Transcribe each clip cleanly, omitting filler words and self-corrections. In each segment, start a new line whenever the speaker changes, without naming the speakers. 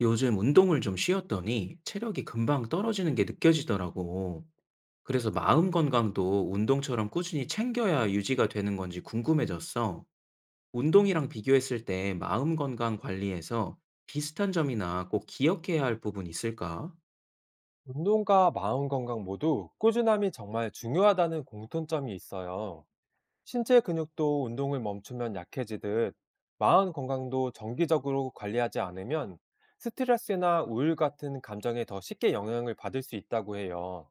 요즘 운동을 좀 쉬었더니 체력이 금방 떨어지는 게 느껴지더라고. 그래서 마음 건강도 운동처럼 꾸준히 챙겨야 유지가 되는 건지 궁금해졌어. 운동이랑 비교했을 때 마음 건강 관리에서 비슷한 점이나 꼭 기억해야 할 부분 있을까?
운동과 마음 건강 모두 꾸준함이 정말 중요하다는 공통점이 있어요. 신체 근육도 운동을 멈추면 약해지듯 마음 건강도 정기적으로 관리하지 않으면 스트레스나 우울 같은 감정에 더 쉽게 영향을 받을 수 있다고 해요.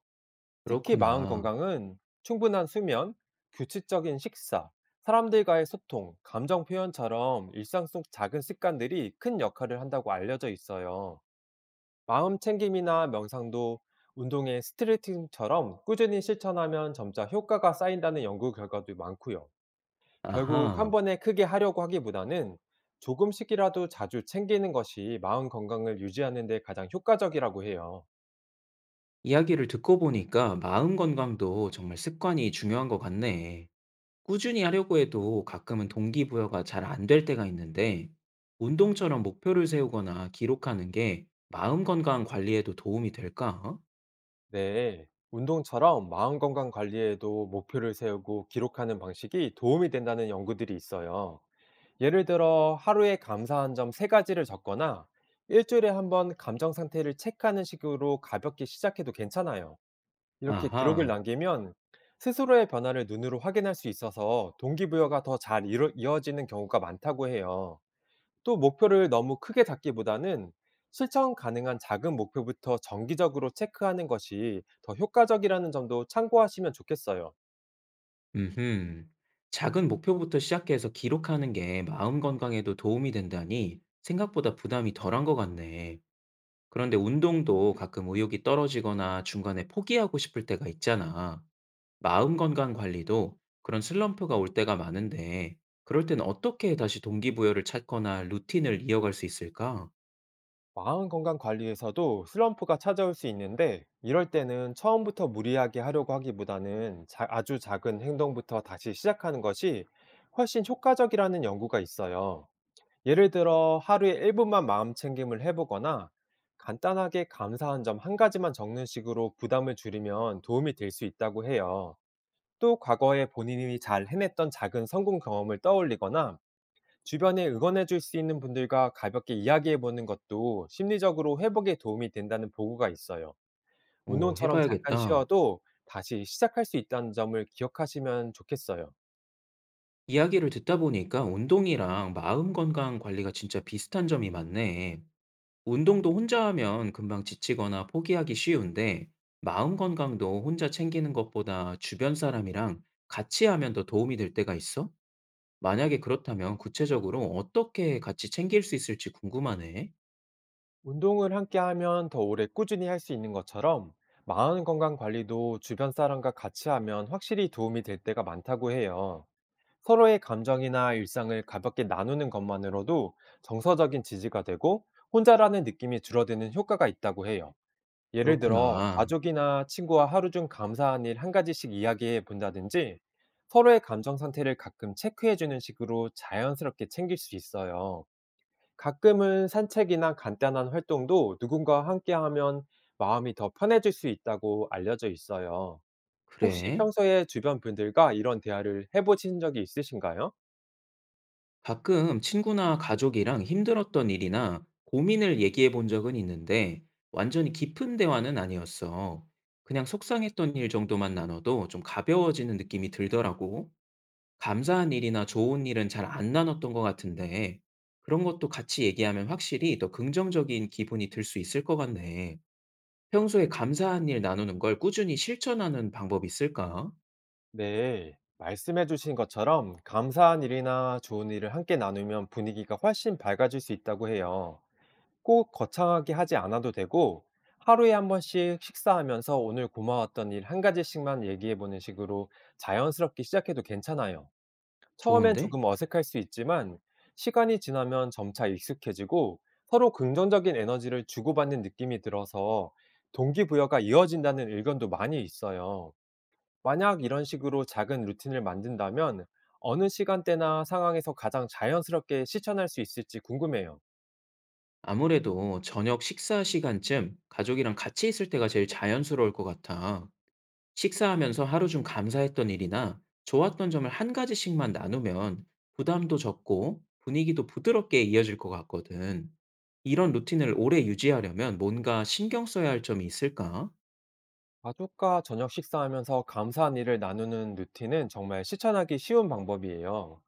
특히 마음
그렇구나.
건강은 충분한 수면, 규칙적인 식사, 사람들과의 소통, 감정 표현처럼 일상 속 작은 습관들이 큰 역할을 한다고 알려져 있어요. 마음 챙김이나 명상도 운동의 스트레칭처럼 꾸준히 실천하면 점차 효과가 쌓인다는 연구 결과도 많고요. 결국 한
아하.
번에 크게 하려고 하기보다는 조금씩이라도 자주 챙기는 것이 마음 건강을 유지하는 데 가장 효과적이라고 해요.
이야기를 듣고 보니까 마음 건강도 정말 습관이 중요한 것 같네. 꾸준히 하려고 해도 가끔은 동기부여가 잘 안 될 때가 있는데, 운동처럼 목표를 세우거나 기록하는 게 마음 건강 관리에도 도움이 될까?
네. 운동처럼 마음 건강 관리에도 목표를 세우고 기록하는 방식이 도움이 된다는 연구들이 있어요. 예를 들어 하루에 감사한 점 3가지 가지를 적거나 일주일에 한번 감정 상태를 체크하는 식으로 가볍게 시작해도 괜찮아요. 이렇게 기록을
아하.
남기면 스스로의 변화를 눈으로 확인할 수 있어서 동기부여가 더 잘이 이어지는 경우가 많다고 해요. 또 목표를 너무 크게 잡기보다는 실천 가능한 작은 목표부터 정기적으로 체크하는 것이 더 효과적이라는 점도 참고하시면 좋겠어요.
음흠. 작은 목표부터 시작해서 기록하는 게 마음 건강에도 도움이 된다니 생각보다 부담이 덜한 것 같네. 그런데 운동도 가끔 의욕이 떨어지거나 중간에 포기하고 싶을 때가 있잖아. 마음 건강 관리도 그런 슬럼프가 올 때가 많은데, 그럴 땐 어떻게 다시 동기부여를 찾거나 루틴을 이어갈 수 있을까?
마음 건강 관리에서도 슬럼프가 찾아올 수 있는데, 이럴 때는 처음부터 무리하게 하려고 하기보다는 아주 작은 행동부터 다시 시작하는 것이 훨씬 효과적이라는 연구가 있어요. 예를 들어 하루에 1분만 마음 챙김을 해보거나 간단하게 감사한 점 한 가지만 적는 식으로 부담을 줄이면 도움이 될 수 있다고 해요. 또 과거에 본인이 잘 해냈던 작은 성공 경험을 떠올리거나 주변에 응원해 줄 수 있는 분들과 가볍게 이야기해 보는 것도 심리적으로 회복에 도움이 된다는 보고가 있어요.
오
운동처럼 잠깐
해봐야겠다.
쉬어도 다시 시작할 수 있다는 점을 기억하시면 좋겠어요.
이야기를 듣다 보니까 운동이랑 마음 건강 관리가 진짜 비슷한 점이 많네. 운동도 혼자 하면 금방 지치거나 포기하기 쉬운데, 마음 건강도 혼자 챙기는 것보다 주변 사람이랑 같이 하면 더 도움이 될 때가 있어? 만약에 그렇다면 구체적으로 어떻게 같이 챙길 수 있을지 궁금하네.
운동을 함께 하면 더 오래 꾸준히 할 수 있는 것처럼 마음 건강 관리도 주변 사람과 같이 하면 확실히 도움이 될 때가 많다고 해요. 서로의 감정이나 일상을 가볍게 나누는 것만으로도 정서적인 지지가 되고 혼자라는 느낌이 줄어드는 효과가 있다고 해요. 예를 들어
그렇구나.
가족이나 친구와 하루 중 감사한 일 한 가지씩 이야기해 본다든지, 서로의 감정 상태를 가끔 체크해 주는 식으로 자연스럽게 챙길 수 있어요. 가끔은 산책이나 간단한 활동도 누군가와 함께 하면 마음이 더 편해질 수 있다고 알려져 있어요. 혹시
그래?
평소에 주변 분들과 이런 대화를 해보신 적이 있으신가요?
가끔 친구나 가족이랑 힘들었던 일이나 고민을 얘기해 본 적은 있는데 완전히 깊은 대화는 아니었어. 그냥 속상했던 일 정도만 나눠도 좀 가벼워지는 느낌이 들더라고. 감사한 일이나 좋은 일은 잘 안 나눴던 것 같은데 그런 것도 같이 얘기하면 확실히 더 긍정적인 기분이 들 수 있을 것 같네. 평소에 감사한 일 나누는 걸 꾸준히 실천하는 방법이 있을까?
네, 말씀해주신 것처럼 감사한 일이나 좋은 일을 함께 나누면 분위기가 훨씬 밝아질 수 있다고 해요. 꼭 거창하게 하지 않아도 되고, 하루에 한 번씩 식사하면서 오늘 고마웠던 일 한 가지씩만 얘기해 보는 식으로 자연스럽게 시작해도 괜찮아요. 처음엔
좋은데?
조금 어색할 수 있지만, 시간이 지나면 점차 익숙해지고 서로 긍정적인 에너지를 주고받는 느낌이 들어서 동기부여가 이어진다는 의견도 많이 있어요. 만약 이런 식으로 작은 루틴을 만든다면 어느 시간대나 상황에서 가장 자연스럽게 실천할 수 있을지 궁금해요.
아무래도 저녁 식사 시간쯤 가족이랑 같이 있을 때가 제일 자연스러울 것 같아. 식사하면서 하루 중 감사했던 일이나 좋았던 점을 한 가지씩만 나누면 부담도 적고 분위기도 부드럽게 이어질 것 같거든. 이런 루틴을 오래 유지하려면 뭔가 신경 써야 할 점이 있을까?
가족과 저녁 식사하면서 감사한 일을 나누는 루틴은 정말 실천하기 쉬운 방법이에요.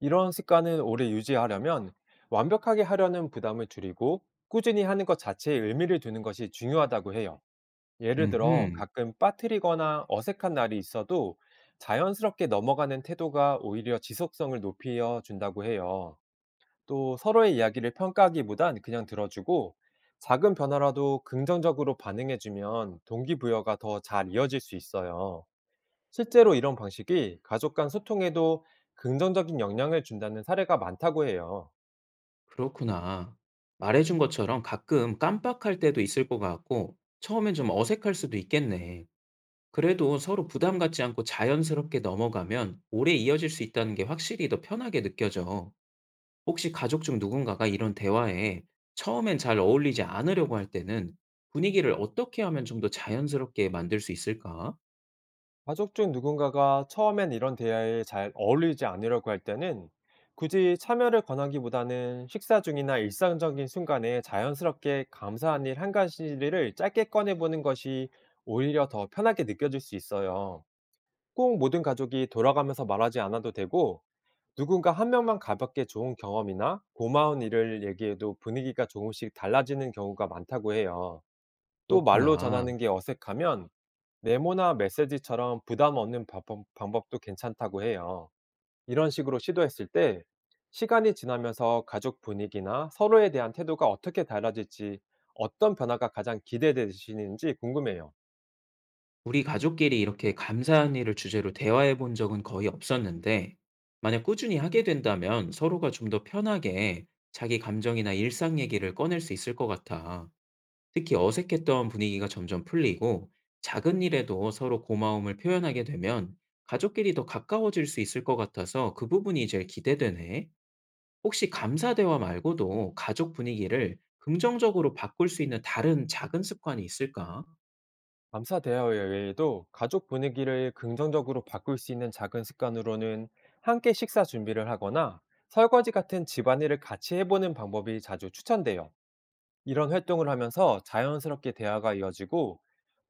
이런 습관을 오래 유지하려면 완벽하게 하려는 부담을 줄이고 꾸준히 하는 것 자체에 의미를 두는 것이 중요하다고 해요. 예를 들어
음흠.
가끔 빠뜨리거나 어색한 날이 있어도 자연스럽게 넘어가는 태도가 오히려 지속성을 높여 준다고 해요. 또 서로의 이야기를 평가하기보단 그냥 들어주고 작은 변화라도 긍정적으로 반응해주면 동기부여가 더 잘 이어질 수 있어요. 실제로 이런 방식이 가족 간 소통에도 긍정적인 영향을 준다는 사례가 많다고 해요.
그렇구나. 말해준 것처럼 가끔 깜빡할 때도 있을 것 같고 처음엔 좀 어색할 수도 있겠네. 그래도 서로 부담 갖지 않고 자연스럽게 넘어가면 오래 이어질 수 있다는 게 확실히 더 편하게 느껴져. 혹시 가족 중 누군가가 이런 대화에 처음엔 잘 어울리지 않으려고 할 때는 분위기를 어떻게 하면 좀 더 자연스럽게 만들 수 있을까?
가족 중 누군가가 처음엔 이런 대화에 잘 어울리지 않으려고 할 때는 굳이 참여를 권하기보다는 식사 중이나 일상적인 순간에 자연스럽게 감사한 일 한 가지를 짧게 꺼내보는 것이 오히려 더 편하게 느껴질 수 있어요. 꼭 모든 가족이 돌아가면서 말하지 않아도 되고, 누군가 한 명만 가볍게 좋은 경험이나 고마운 일을 얘기해도 분위기가 조금씩 달라지는 경우가 많다고 해요. 또 말로
그렇구나.
전하는 게 어색하면 메모나 메시지처럼 부담 없는 방법도 괜찮다고 해요. 이런 식으로 시도했을 때 시간이 지나면서 가족 분위기나 서로에 대한 태도가 어떻게 달라질지, 어떤 변화가 가장 기대되시는지 궁금해요.
우리 가족끼리 이렇게 감사한 일을 주제로 대화해 본 적은 거의 없었는데, 만약 꾸준히 하게 된다면 서로가 좀 더 편하게 자기 감정이나 일상 얘기를 꺼낼 수 있을 것 같아. 특히 어색했던 분위기가 점점 풀리고 작은 일에도 서로 고마움을 표현하게 되면 가족끼리 더 가까워질 수 있을 것 같아서 그 부분이 제일 기대되네. 혹시 감사 대화 말고도 가족 분위기를 긍정적으로 바꿀 수 있는 다른 작은 습관이 있을까?
감사 대화 외에도 가족 분위기를 긍정적으로 바꿀 수 있는 작은 습관으로는 함께 식사 준비를 하거나 설거지 같은 집안일을 같이 해보는 방법이 자주 추천돼요. 이런 활동을 하면서 자연스럽게 대화가 이어지고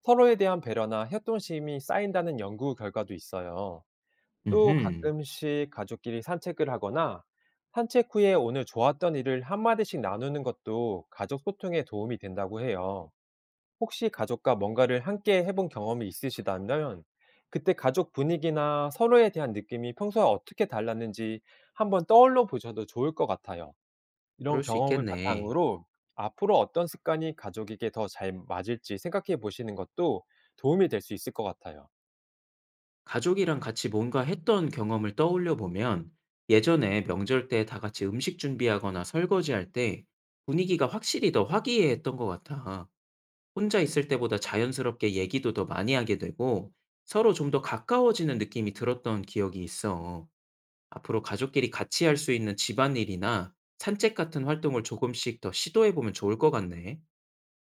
서로에 대한 배려나 협동심이 쌓인다는 연구 결과도 있어요. 또
음흠.
가끔씩 가족끼리 산책을 하거나 산책 후에 오늘 좋았던 일을 한마디씩 나누는 것도 가족 소통에 도움이 된다고 해요. 혹시 가족과 뭔가를 함께 해본 경험이 있으시다면 그때 가족 분위기나 서로에 대한 느낌이 평소와 어떻게 달랐는지 한번 떠올려 보셔도 좋을 것 같아요. 이런
그럴 수
경험을
있겠네.
바탕으로 앞으로 어떤 습관이 가족에게 더 잘 맞을지 생각해 보시는 것도 도움이 될 수 있을 것 같아요.
가족이랑 같이 뭔가 했던 경험을 떠올려 보면 예전에 명절 때 다 같이 음식 준비하거나 설거지할 때 분위기가 확실히 더 화기애애했던 것 같아. 혼자 있을 때보다 자연스럽게 얘기도 더 많이 하게 되고 서로 좀 더 가까워지는 느낌이 들었던 기억이 있어. 앞으로 가족끼리 같이 할 수 있는 집안일이나 산책 같은 활동을 조금씩 더 시도해보면 좋을 것 같네.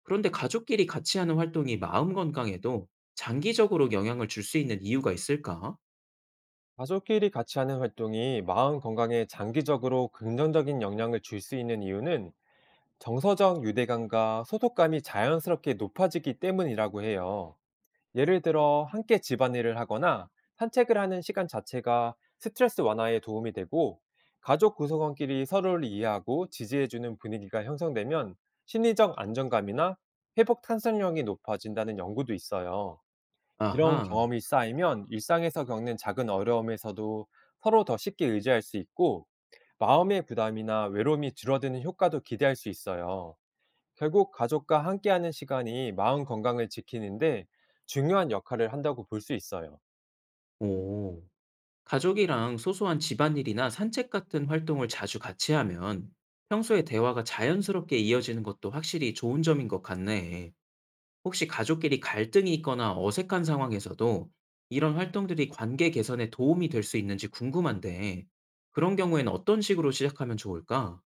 그런데 가족끼리 같이 하는 활동이 마음 건강에도 장기적으로 영향을 줄 수 있는 이유가 있을까?
가족끼리 같이 하는 활동이 마음 건강에 장기적으로 긍정적인 영향을 줄 수 있는 이유는 정서적 유대감과 소속감이 자연스럽게 높아지기 때문이라고 해요. 예를 들어 함께 집안일을 하거나 산책을 하는 시간 자체가 스트레스 완화에 도움이 되고, 가족 구성원끼리 서로를 이해하고 지지해주는 분위기가 형성되면 심리적 안정감이나 회복 탄성력이 높아진다는 연구도 있어요. 이런
아하.
경험이 쌓이면 일상에서 겪는 작은 어려움에서도 서로 더 쉽게 의지할 수 있고, 마음의 부담이나 외로움이 줄어드는 효과도 기대할 수 있어요. 결국 가족과 함께하는 시간이 마음 건강을 지키는데 중요한 역할을 한다고 볼 수 있어요.
오. 가족이랑 소소한 집안일이나 산책 같은 활동을 자주 같이 하면 평소에 대화가 자연스럽게 이어지는 것도 확실히 좋은 점인 것 같네. 혹시 가족끼리 갈등이 있거나 어색한 상황에서도 이런 활동들이 관계 개선에 도움이 될 수 있는지 궁금한데, 그런 경우에는 어떤 식으로 시작하면 좋을까?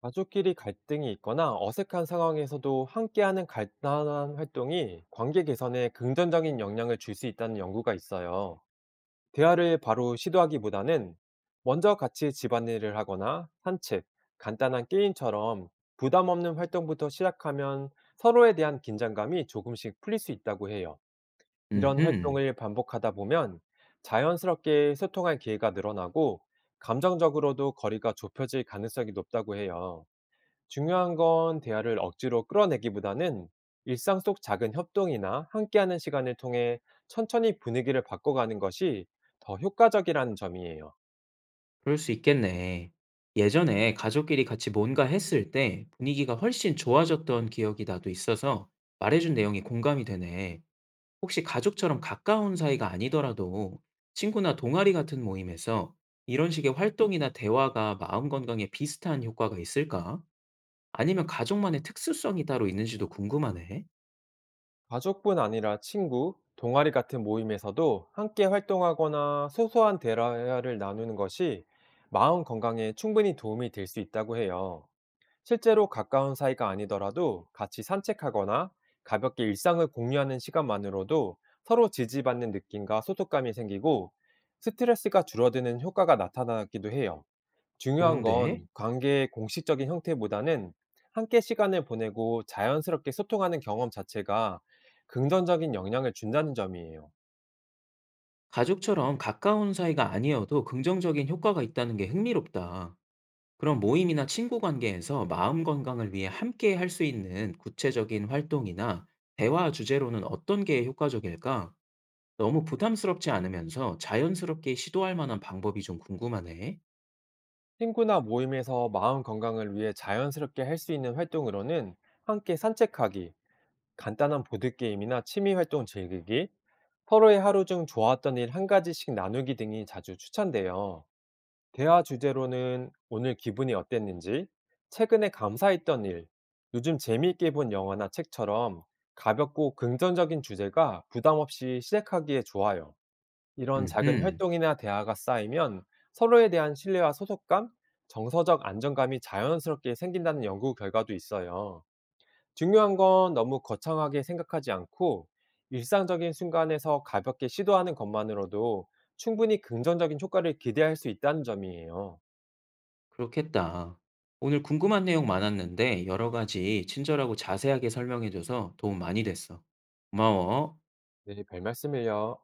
가족끼리 갈등이 있거나 어색한 상황에서도 함께하는 간단한 활동이 관계 개선에 긍정적인 영향을 줄 수 있다는 연구가 있어요. 대화를 바로 시도하기보다는 먼저 같이 집안일을 하거나 산책, 간단한 게임처럼 부담 없는 활동부터 시작하면 서로에 대한 긴장감이 조금씩 풀릴 수 있다고 해요. 이런
음흠.
활동을 반복하다 보면 자연스럽게 소통할 기회가 늘어나고 감정적으로도 거리가 좁혀질 가능성이 높다고 해요. 중요한 건 대화를 억지로 끌어내기보다는 일상 속 작은 협동이나 함께하는 시간을 통해 천천히 분위기를 바꿔가는 것이 더 효과적이라는 점이에요.
그럴 수 있겠네. 예전에 가족끼리 같이 뭔가 했을 때 분위기가 훨씬 좋아졌던 기억이 나도 있어서 말해준 내용이 공감이 되네. 혹시 가족처럼 가까운 사이가 아니더라도 친구나 동아리 같은 모임에서 이런 식의 활동이나 대화가 마음 건강에 비슷한 효과가 있을까? 아니면 가족만의 특수성이 따로 있는지도 궁금하네.
가족뿐 아니라 친구, 동아리 같은 모임에서도 함께 활동하거나 소소한 대화를 나누는 것이 마음 건강에 충분히 도움이 될 수 있다고 해요. 실제로 가까운 사이가 아니더라도 같이 산책하거나 가볍게 일상을 공유하는 시간만으로도 서로 지지받는 느낌과 소속감이 생기고 스트레스가 줄어드는 효과가 나타나기도 해요. 중요한
좋은데,
건 관계의 공식적인 형태보다는 함께 시간을 보내고 자연스럽게 소통하는 경험 자체가 긍정적인 영향을 준다는 점이에요.
가족처럼 가까운 사이가 아니어도 긍정적인 효과가 있다는 게 흥미롭다. 그럼 모임이나 친구 관계에서 마음 건강을 위해 함께 할 수 있는 구체적인 활동이나 대화 주제로는 어떤 게 효과적일까? 너무 부담스럽지 않으면서 자연스럽게 시도할 만한 방법이 좀 궁금하네.
친구나 모임에서 마음 건강을 위해 자연스럽게 할 수 있는 활동으로는 함께 산책하기, 간단한 보드게임이나 취미 활동 즐기기, 서로의 하루 중 좋았던 일 한 가지씩 나누기 등이 자주 추천돼요. 대화 주제로는 오늘 기분이 어땠는지, 최근에 감사했던 일, 요즘 재미있게 본 영화나 책처럼 가볍고 긍정적인 주제가 부담 없이 시작하기에 좋아요. 이런
음흠.
작은 활동이나 대화가 쌓이면 서로에 대한 신뢰와 소속감, 정서적 안정감이 자연스럽게 생긴다는 연구 결과도 있어요. 중요한 건 너무 거창하게 생각하지 않고 일상적인 순간에서 가볍게 시도하는 것만으로도 충분히 긍정적인 효과를 기대할 수 있다는 점이에요.
그렇겠다. 오늘 궁금한 내용 많았는데 여러 가지 친절하고 자세하게 설명해줘서 도움 많이 됐어. 고마워.
네, 별말씀을요.